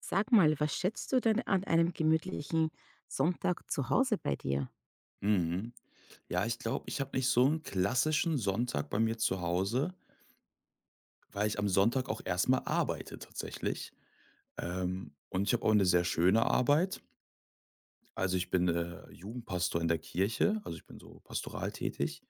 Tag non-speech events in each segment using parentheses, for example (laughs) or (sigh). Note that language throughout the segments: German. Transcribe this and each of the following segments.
Sag mal, was schätzt du denn an einem gemütlichen Sonntag zu Hause bei dir? Mhm. Ja, ich glaube, ich habe nicht so einen klassischen Sonntag bei mir zu Hause, weil ich am Sonntag auch erstmal arbeite tatsächlich. Und ich habe auch eine sehr schöne Arbeit. Also, ich bin, Jugendpastor in der Kirche, also, ich bin so pastoral tätig.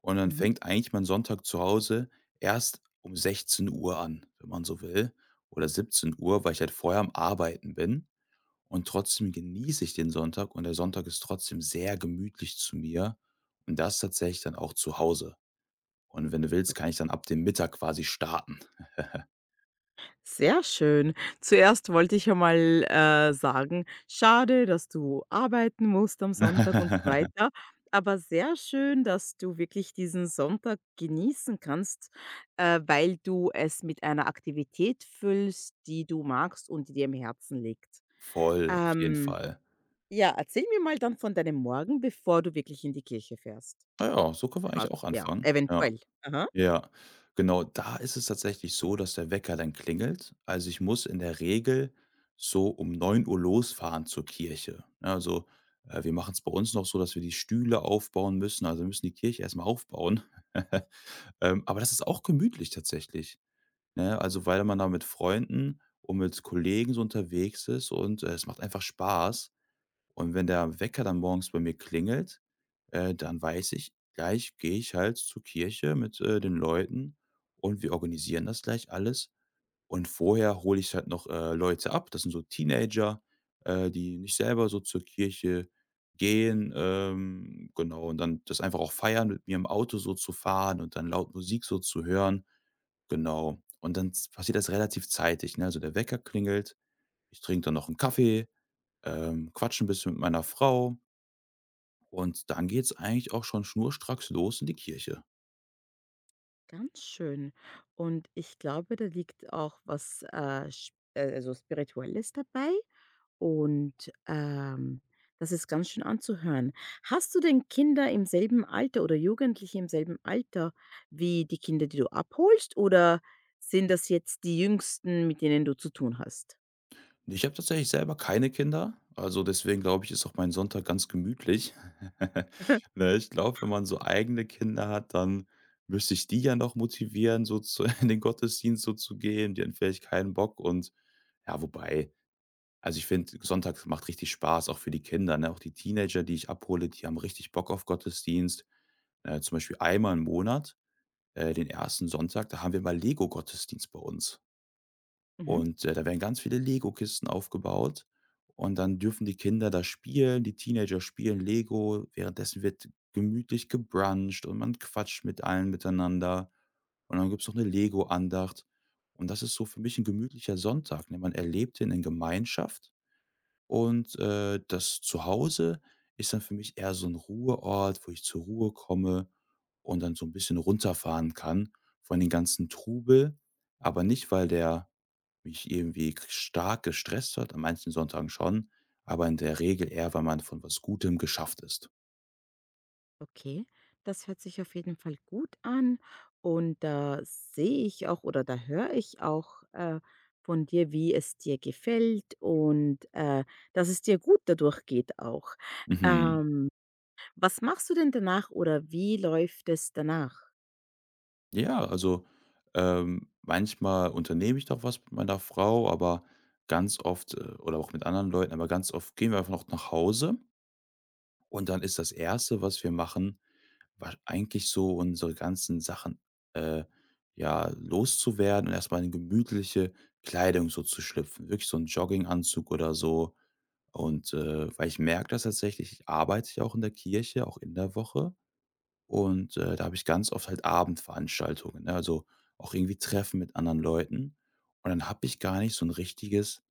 Und dann Mhm. fängt eigentlich mein Sonntag zu Hause erst um 16 Uhr an, wenn man so will, oder 17 Uhr, weil ich halt vorher am Arbeiten bin. Und trotzdem genieße ich den Sonntag und der Sonntag ist trotzdem sehr gemütlich zu mir und das tatsächlich dann auch zu Hause. Und wenn du willst, kann ich dann Okay. ab dem Mittag quasi starten. Sehr schön. Zuerst wollte ich einmal sagen, schade, dass du arbeiten musst am Sonntag und so (laughs) weiter. Aber sehr schön, dass du wirklich diesen Sonntag genießen kannst, weil du es mit einer Aktivität füllst, die du magst und die dir im Herzen liegt. Voll, auf jeden Ähm, Fall. ja, erzähl mir mal dann von deinem Morgen, bevor du wirklich in die Kirche fährst. Ja, so können wir Fall, eigentlich auch ja, anfangen. Ja, eventuell. Aha. ja. Genau, da ist es tatsächlich so, dass der Wecker dann klingelt. Also ich muss in der Regel so um 9 Uhr losfahren zur Kirche. Ja, also wir machen es bei uns noch so, dass wir die Stühle aufbauen müssen. Also wir müssen die Kirche erstmal aufbauen. (laughs) Aber das ist auch gemütlich tatsächlich, ne? Also, weil man da mit Freunden und mit Kollegen so unterwegs ist und, es macht einfach Spaß. Und wenn der Wecker dann morgens bei mir klingelt, dann weiß ich, gleich gehe ich halt zur Kirche mit, den Leuten und wir organisieren das gleich alles. Und vorher hole ich halt noch, Leute ab. Das sind so Teenager, die nicht selber so zur Kirche gehen, genau, und dann das einfach auch feiern, mit mir im Auto so zu fahren und dann laut Musik so zu hören. Genau. Und dann z passiert das relativ zeitig, ne? Also, der Wecker klingelt, ich trinke dann noch einen Kaffee, quatsche ein bisschen mit meiner Frau und dann geht's eigentlich auch schon schnurstracks los in die Kirche. Ganz schön. Und ich glaube, da liegt auch was, sch also, Spirituelles dabei und, das ist ganz schön anzuhören. Hast du denn Kinder im selben Alter oder Jugendliche im selben Alter wie die Kinder, die du abholst, oder sind das jetzt die Jüngsten, mit denen du zu tun hast? Ich habe tatsächlich selber keine Kinder, also deswegen glaube ich, ist auch mein Sonntag ganz gemütlich. (laughs) (laughs) Ne, ich glaube, wenn man so eigene Kinder hat, dann müsste ich die ja noch motivieren, so zu (laughs) in den Gottesdienst so zu gehen. Die haben vielleicht keinen Bock und ja, wobei, also ich finde, Sonntag macht richtig Spaß, auch für die Kinder, ne? Auch die Teenager, die ich abhole, die haben richtig Bock auf Gottesdienst. Zum Beispiel einmal im Monat, den ersten Sonntag, da haben wir mal Lego-Gottesdienst bei uns. Mhm. Und, da werden ganz viele Lego-Kisten aufgebaut und dann dürfen die Kinder da spielen, die Teenager spielen Lego, währenddessen wird gemütlich gebruncht und man quatscht mit allen miteinander. Und dann gibt's noch eine Lego-Andacht. Und das ist so für mich ein gemütlicher Sonntag, ne? Man erlebt den in Gemeinschaft und, das Zuhause ist dann für mich eher so ein Ruheort, wo ich zur Ruhe komme und dann so ein bisschen runterfahren kann von den ganzen Trubel, aber nicht, weil der mich irgendwie k stark gestresst hat, an manchen Sonntagen schon, aber in der Regel eher, weil man von was Gutem geschafft ist. Okay, das hört sich auf jeden Fall gut an und da sehe ich auch oder da höre ich auch von dir, wie es dir gefällt und dass es dir gut dadurch geht auch. Mhm. Ähm, Was machst du denn danach oder wie läuft es danach? Ja, also, manchmal unternehme ich doch was mit meiner Frau, aber ganz oft oder auch mit anderen Leuten, aber ganz oft gehen wir einfach noch nach Hause und dann ist das Erste, was wir machen, wa eigentlich so unsere ganzen Sachen, äh, ja, loszuwerden und erst in gemütliche Kleidung so zu schlüpfen. Wirklich so ein Jogginganzug oder so. Und, weil ich merke das tatsächlich, arbeite ich auch in der Kirche, auch in der Woche und, da habe ich ganz oft halt Abendveranstaltungen, ne, also auch irgendwie Treffen mit anderen Leuten. Und dann habe ich gar nicht so ein richtiges,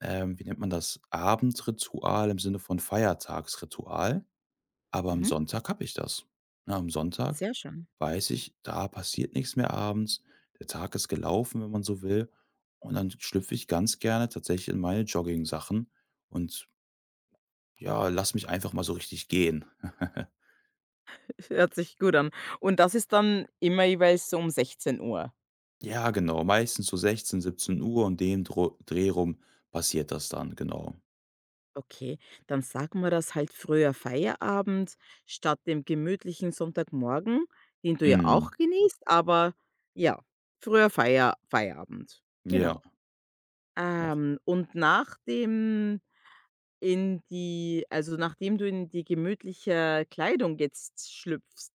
wie nennt man das, Abendritual im Sinne von Feiertagsritual, aber am Mhm. Sonntag habe ich das. Ne, am Sonntag Sehr schön. weiß ich, da passiert nichts mehr abends. Der Tag ist gelaufen, wenn man so will. Und dann schlüpfe ich ganz gerne tatsächlich in meine Jogging Sachen und ja, lass mich einfach mal so richtig gehen. (laughs) (laughs) Hört sich gut an. Und das ist dann immer jeweils so um 16 Uhr. Ja, genau, meistens so 16, 17:00 um den Dro Dreh rum passiert das dann, genau. Okay, dann sagen wir das halt früher Feierabend statt dem gemütlichen Sonntagmorgen, den du ja Mhm. auch genießt, aber ja, früher Feierabend. Ja, Genau. doch. Und nach dem in die also, nachdem du in die gemütliche Kleidung jetzt schlüpfst,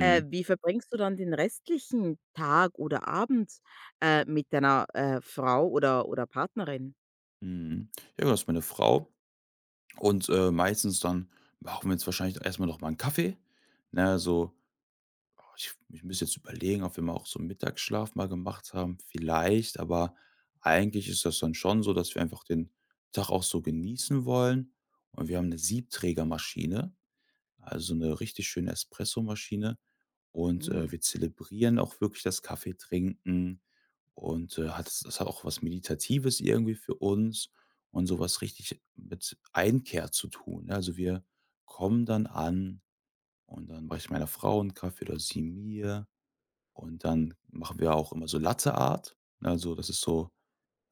wie verbringst du dann den restlichen Tag oder Abend, mit deiner, Frau oder Partnerin? Mhm. Ja, das ist meine Frau und, meistens dann machen wir jetzt wahrscheinlich erst mal noch mal einen Kaffee, ne, so oh, ich müsste jetzt überlegen, ob wir mal auch so 'n Mittagsschlaf mal gemacht haben, vielleicht, aber eigentlich ist das dann schon so, dass wir einfach den Tag auch so genießen wollen und wir haben eine Siebträgermaschine. Also eine richtig schöne Espressomaschine und, Hm. wir zelebrieren auch wirklich das Kaffeetrinken und, hat das hat auch was Meditatives irgendwie für uns und sowas richtig mit Einkehr zu tun, ne? Also, wir kommen dann an und dann mache ich meiner Frau 'n Kaffee oder sie mir und dann machen wir auch immer so Latte Art. Also, das ist so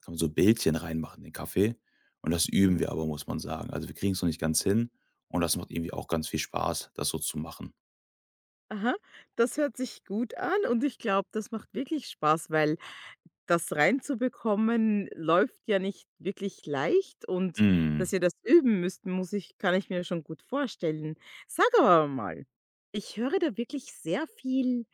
kann man so Bildchen reinmachen in den Kaffee und das üben Mhm. wir aber, muss man sagen. Also, wir kriegen es noch nicht ganz hin und das macht irgendwie auch ganz viel Spaß, das so zu machen. Aha, das hört sich gut an und ich glaube, das macht wirklich Spaß, weil das reinzubekommen läuft ja nicht wirklich leicht und dass Mhm. ihr das üben müsst, muss ich kann ich mir schon gut vorstellen. Sag aber mal, ich höre da wirklich sehr viel,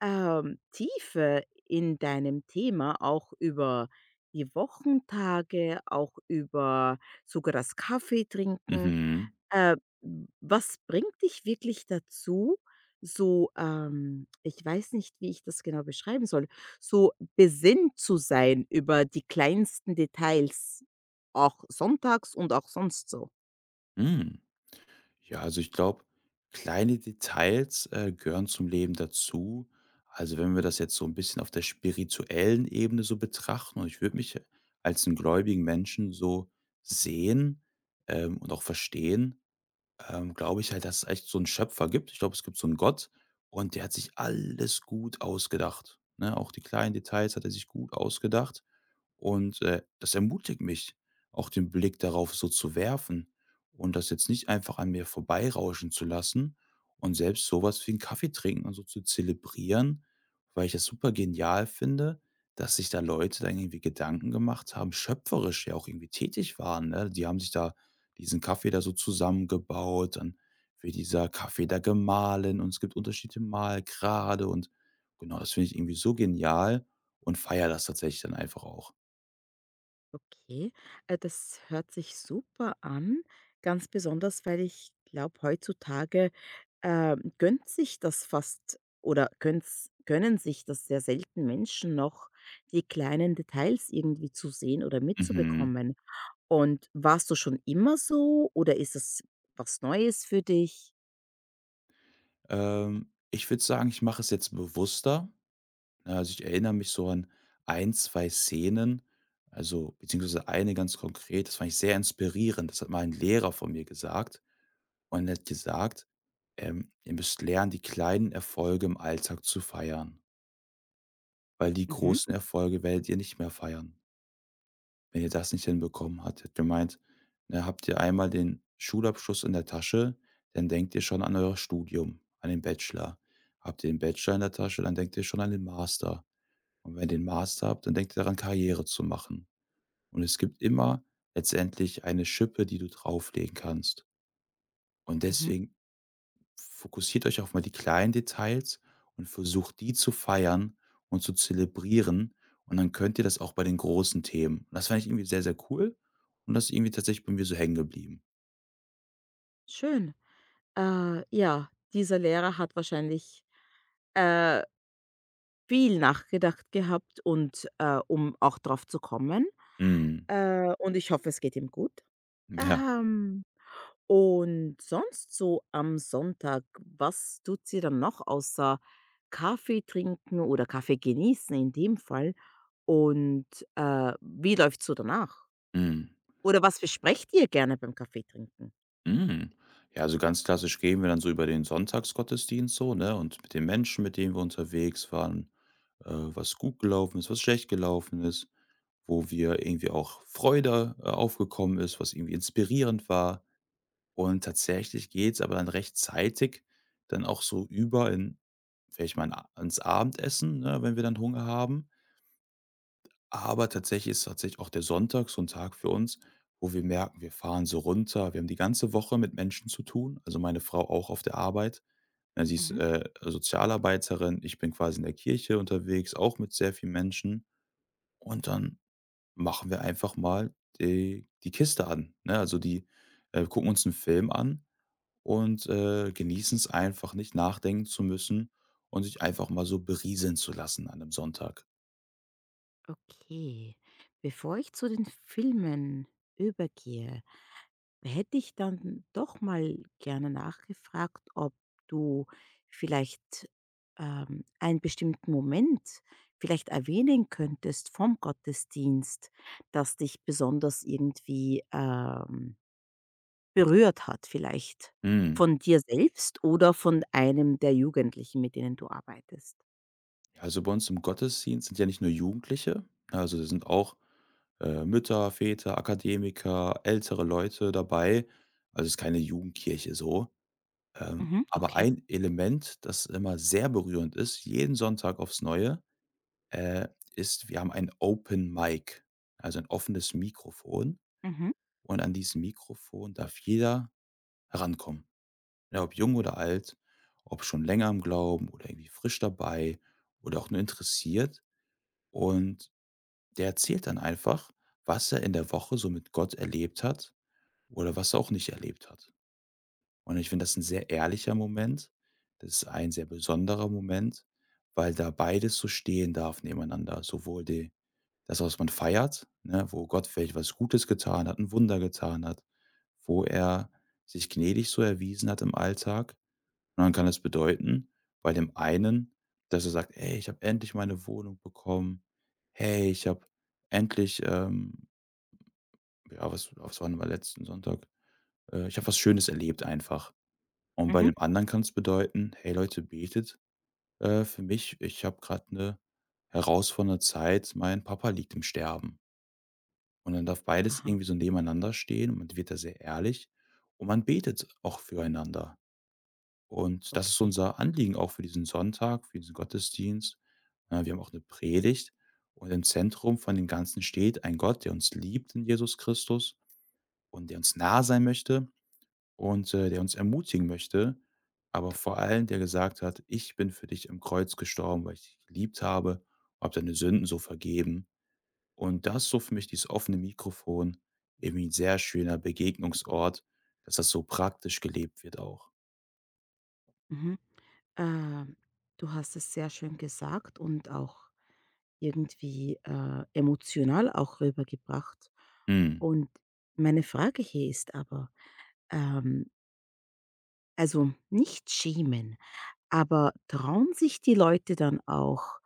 Tiefe in deinem Thema, auch über die Wochentage, auch über sogar das Kaffee trinken. Mhm. Äh, w Was bringt dich wirklich dazu, so, ich weiß nicht, wie ich das genau beschreiben soll, so besinnt zu sein über die kleinsten Details, auch sonntags und auch sonst so? Hm. Ja, also ich glaube, kleine Details, gehören zum Leben dazu. Also, wenn wir das jetzt so ein bisschen auf der spirituellen Ebene so betrachten und ich würde mich als 'n gläubigen Menschen so sehen, und auch verstehen, glaube ich halt, dass es echt so einen Schöpfer gibt. Ich glaube, es gibt so einen Gott und der hat sich alles gut ausgedacht, ne? Auch die kleinen Details hat er sich gut ausgedacht. Und, das ermutigt mich, auch den Blick darauf so zu werfen und das jetzt nicht einfach an mir vorbeirauschen zu lassen und selbst sowas wie einen Kaffee trinken und so zu zelebrieren, weil ich das super genial finde, dass sich da Leute dann irgendwie Gedanken gemacht haben, schöpferisch ja auch irgendwie tätig waren, ne? Die haben sich da diesen Kaffee da so zusammengebaut, dann wird dieser Kaffee da gemahlen und es gibt unterschiedliche Mahlgrade und genau, das finde ich irgendwie so genial und feiere das tatsächlich dann einfach auch. Okay, das hört sich super an, ganz besonders, weil ich glaube, heutzutage, gönnt sich das fast oder gönn's können sich das sehr selten Menschen noch, die kleinen Details irgendwie zu sehen oder Mhm. mitzubekommen. Und warst du schon immer so oder ist es was Neues für dich? Ich würde sagen, ich mache es jetzt bewusster. Ne, also, ich erinnere mich so an ein, 2 Szenen, also beziehungsweise eine ganz konkret, das fand ich sehr inspirierend. Das hat mal ein Lehrer von mir gesagt und er hat gesagt, „Ihr müsst lernen, die kleinen Erfolge im Alltag zu feiern, weil die Mhm, großen Erfolge werdet ihr nicht mehr feiern,“ wenn ihr das nicht hinbekommen hattet. Gemeint, ne, habt ihr einmal den Schulabschluss in der Tasche, dann denkt ihr schon an euer Studium, an den Bachelor. Habt ihr den Bachelor in der Tasche, dann denkt ihr schon an den Master. Und wenn ihr den Master habt, dann denkt ihr daran, Karriere zu machen. Und es gibt immer letztendlich eine Schippe, die du drauflegen kannst. Und mhm, deswegen fokussiert euch auf mal die kleinen Details und versucht, die zu feiern und zu zelebrieren. Und dann könnt ihr das auch bei den großen Themen. Das fand ich irgendwie sehr, sehr cool. Und das ist irgendwie tatsächlich bei mir so hängen geblieben. schön. Ja, dieser Lehrer hat wahrscheinlich, äh, viel nachgedacht gehabt und, um auch drauf zu kommen. Mhm. Und ich hoffe, es geht ihm gut. Ja. Ähm, und sonst so am Sonntag, was tut sie dann noch außer Kaffee trinken oder Kaffee genießen in dem Fall? Und, wie läuft's so danach? Mhm. Oder was besprecht ihr gerne beim Kaffeetrinken? Mhm. Ja, also ganz klassisch gehen wir dann so über den Sonntagsgottesdienst so, ne? Und mit den Menschen, mit denen wir unterwegs waren, was gut gelaufen ist, was schlecht gelaufen ist, wo wir irgendwie auch Freude aufgekommen ist, was irgendwie inspirierend war. Und tatsächlich geht's aber dann rechtzeitig dann auch so über in vielleicht mal 'n A ins Abendessen, ne, wenn wir dann Hunger haben. Aber tatsächlich ist tatsächlich auch der Sonntag so ein Tag für uns, wo wir merken, wir fahren so runter. Wir haben die ganze Woche mit Menschen zu tun, also, meine Frau auch auf der Arbeit. Ja, sie ist, Mhm. Sozialarbeiterin. Ich bin quasi in der Kirche unterwegs, auch mit sehr vielen Menschen. Und dann machen wir einfach mal die Kiste an, ne? Also, die gucken uns einen Film an und, genießen es einfach nicht nachdenken zu müssen und sich einfach mal so berieseln zu lassen an 'nem Sonntag. Okay. Bevor ich zu den Filmen übergehe, hätte ich dann doch mal gerne nachgefragt, ob du vielleicht, einen bestimmten Moment vielleicht erwähnen könntest vom Gottesdienst, das dich besonders irgendwie, berührt hat vielleicht Hm, von dir selbst oder von einem der Jugendlichen, mit denen du arbeitest? also, bei uns im Gottesdienst sind ja nicht nur Jugendliche, also, da sind auch, Mütter, Väter, Akademiker, ältere Leute dabei. Also, es ist keine Jugendkirche so. Mhm, Aber okay. ein Element, das immer sehr berührend ist, jeden Sonntag aufs Neue, äh, ist, wir haben ein Open Mic, also, ein offenes Mikrofon Mhm. und an diesem Mikrofon darf jeder herankommen. Ja, ob jung oder alt, ob schon länger im Glauben oder irgendwie frisch dabei oder auch nur interessiert. Und der erzählt dann einfach, was er in der Woche so mit Gott erlebt hat oder was er auch nicht erlebt hat. Und ich finde das ein sehr ehrlicher Moment. Das ist ein sehr besonderer Moment, weil da beides so stehen darf nebeneinander. Sowohl die, das, was man feiert, ne, wo Gott vielleicht was Gutes getan hat, ein Wunder getan hat, wo er sich gnädig so erwiesen hat im Alltag, und dann kann es bedeuten, bei dem einen, dass er sagt: „Hey, ich habe endlich meine Wohnung bekommen. Hey, ich habe endlich, ja, was war denn mal letzten Sonntag? Ich habe was Schönes erlebt einfach. Und bei Mhm. dem anderen kann es bedeuten: „Hey Leute, betet, für mich. Ich habe gerade eine herausfordernde Zeit. Mein Papa liegt im Sterben.“ Und dann darf beides Aha, irgendwie so nebeneinander stehen und man wird da sehr ehrlich und man betet auch füreinander. Und das ist okay. unser Anliegen auch für diesen Sonntag, für diesen Gottesdienst. Wir haben auch eine Predigt und im Zentrum von dem Ganzen steht ein Gott, der uns liebt in Jesus Christus und der uns nah sein möchte und, der uns ermutigen möchte, aber vor allem, der gesagt hat: „Ich bin für dich am Kreuz gestorben, weil ich dich geliebt habe, und habe deine Sünden so vergeben.“ Und das ist so für mich dieses offene Mikrofon irgendwie 'n sehr schöner Begegnungsort, dass das so praktisch gelebt wird auch. Mhm. Ähm, Du hast es sehr schön gesagt und auch irgendwie, emotional auch rübergebracht. Mhm. Und meine Frage hier ist aber, ähm also, nicht schämen, aber trauen sich die Leute dann auch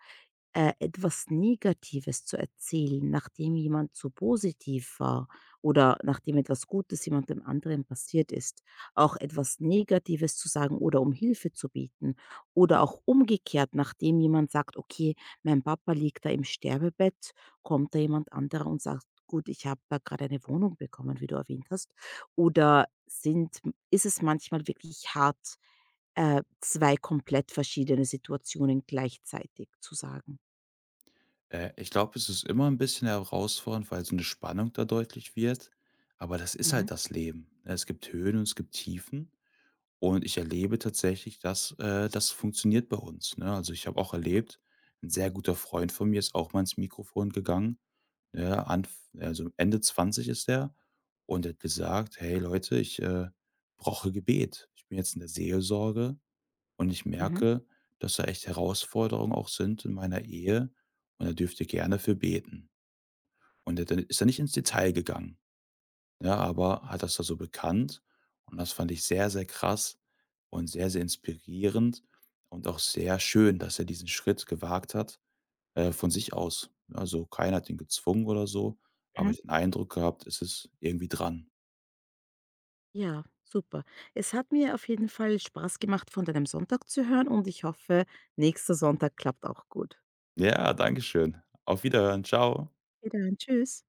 etwas Negatives zu erzählen, nachdem jemand so positiv war oder nachdem etwas Gutes jemandem anderen passiert ist, auch etwas Negatives zu sagen oder um Hilfe zu bieten oder auch umgekehrt, nachdem jemand sagt, okay, mein Papa liegt da im Sterbebett, kommt da jemand anderer und sagt, gut, ich habe da gerade eine Wohnung bekommen, wie du erwähnt hast, oder sind, ist es manchmal wirklich hart, zwei komplett verschiedene Situationen gleichzeitig zu sagen? Ich glaube, es ist immer ein bisschen herausfordernd, weil so 'ne Spannung da deutlich wird, aber das ist halt Mhm, das Leben. Ne? Es gibt Höhen und es gibt Tiefen und ich erlebe tatsächlich, dass, das funktioniert bei uns, ne? Also, ich habe auch erlebt, 'n sehr guter Freund von mir ist auch mal ins Mikrofon gegangen, ja, Ende 20 ist der und der hat gesagt: „Hey Leute, ich, brauche Gebet. Ich bin jetzt in der Seelsorge und ich mhm, merke, dass da echt Herausforderungen auch sind in meiner Ehe und er dürfte gerne für beten. Und er dann ist da nicht ins Detail gegangen, ja, aber hat das da so bekannt und das fand ich sehr, sehr krass und sehr, sehr inspirierend und auch sehr schön, dass er diesen Schritt gewagt hat, von sich aus. Also, keiner hat ihn gezwungen oder so, aber mhm. den Eindruck gehabt, es ist irgendwie dran. Ja, super. Es hat mir auf jeden Fall Spaß gemacht, von deinem Sonntag zu hören und ich hoffe, nächster Sonntag klappt auch gut. Ja, danke schön. Auf Wiederhören. Ciao. Bis tschüss.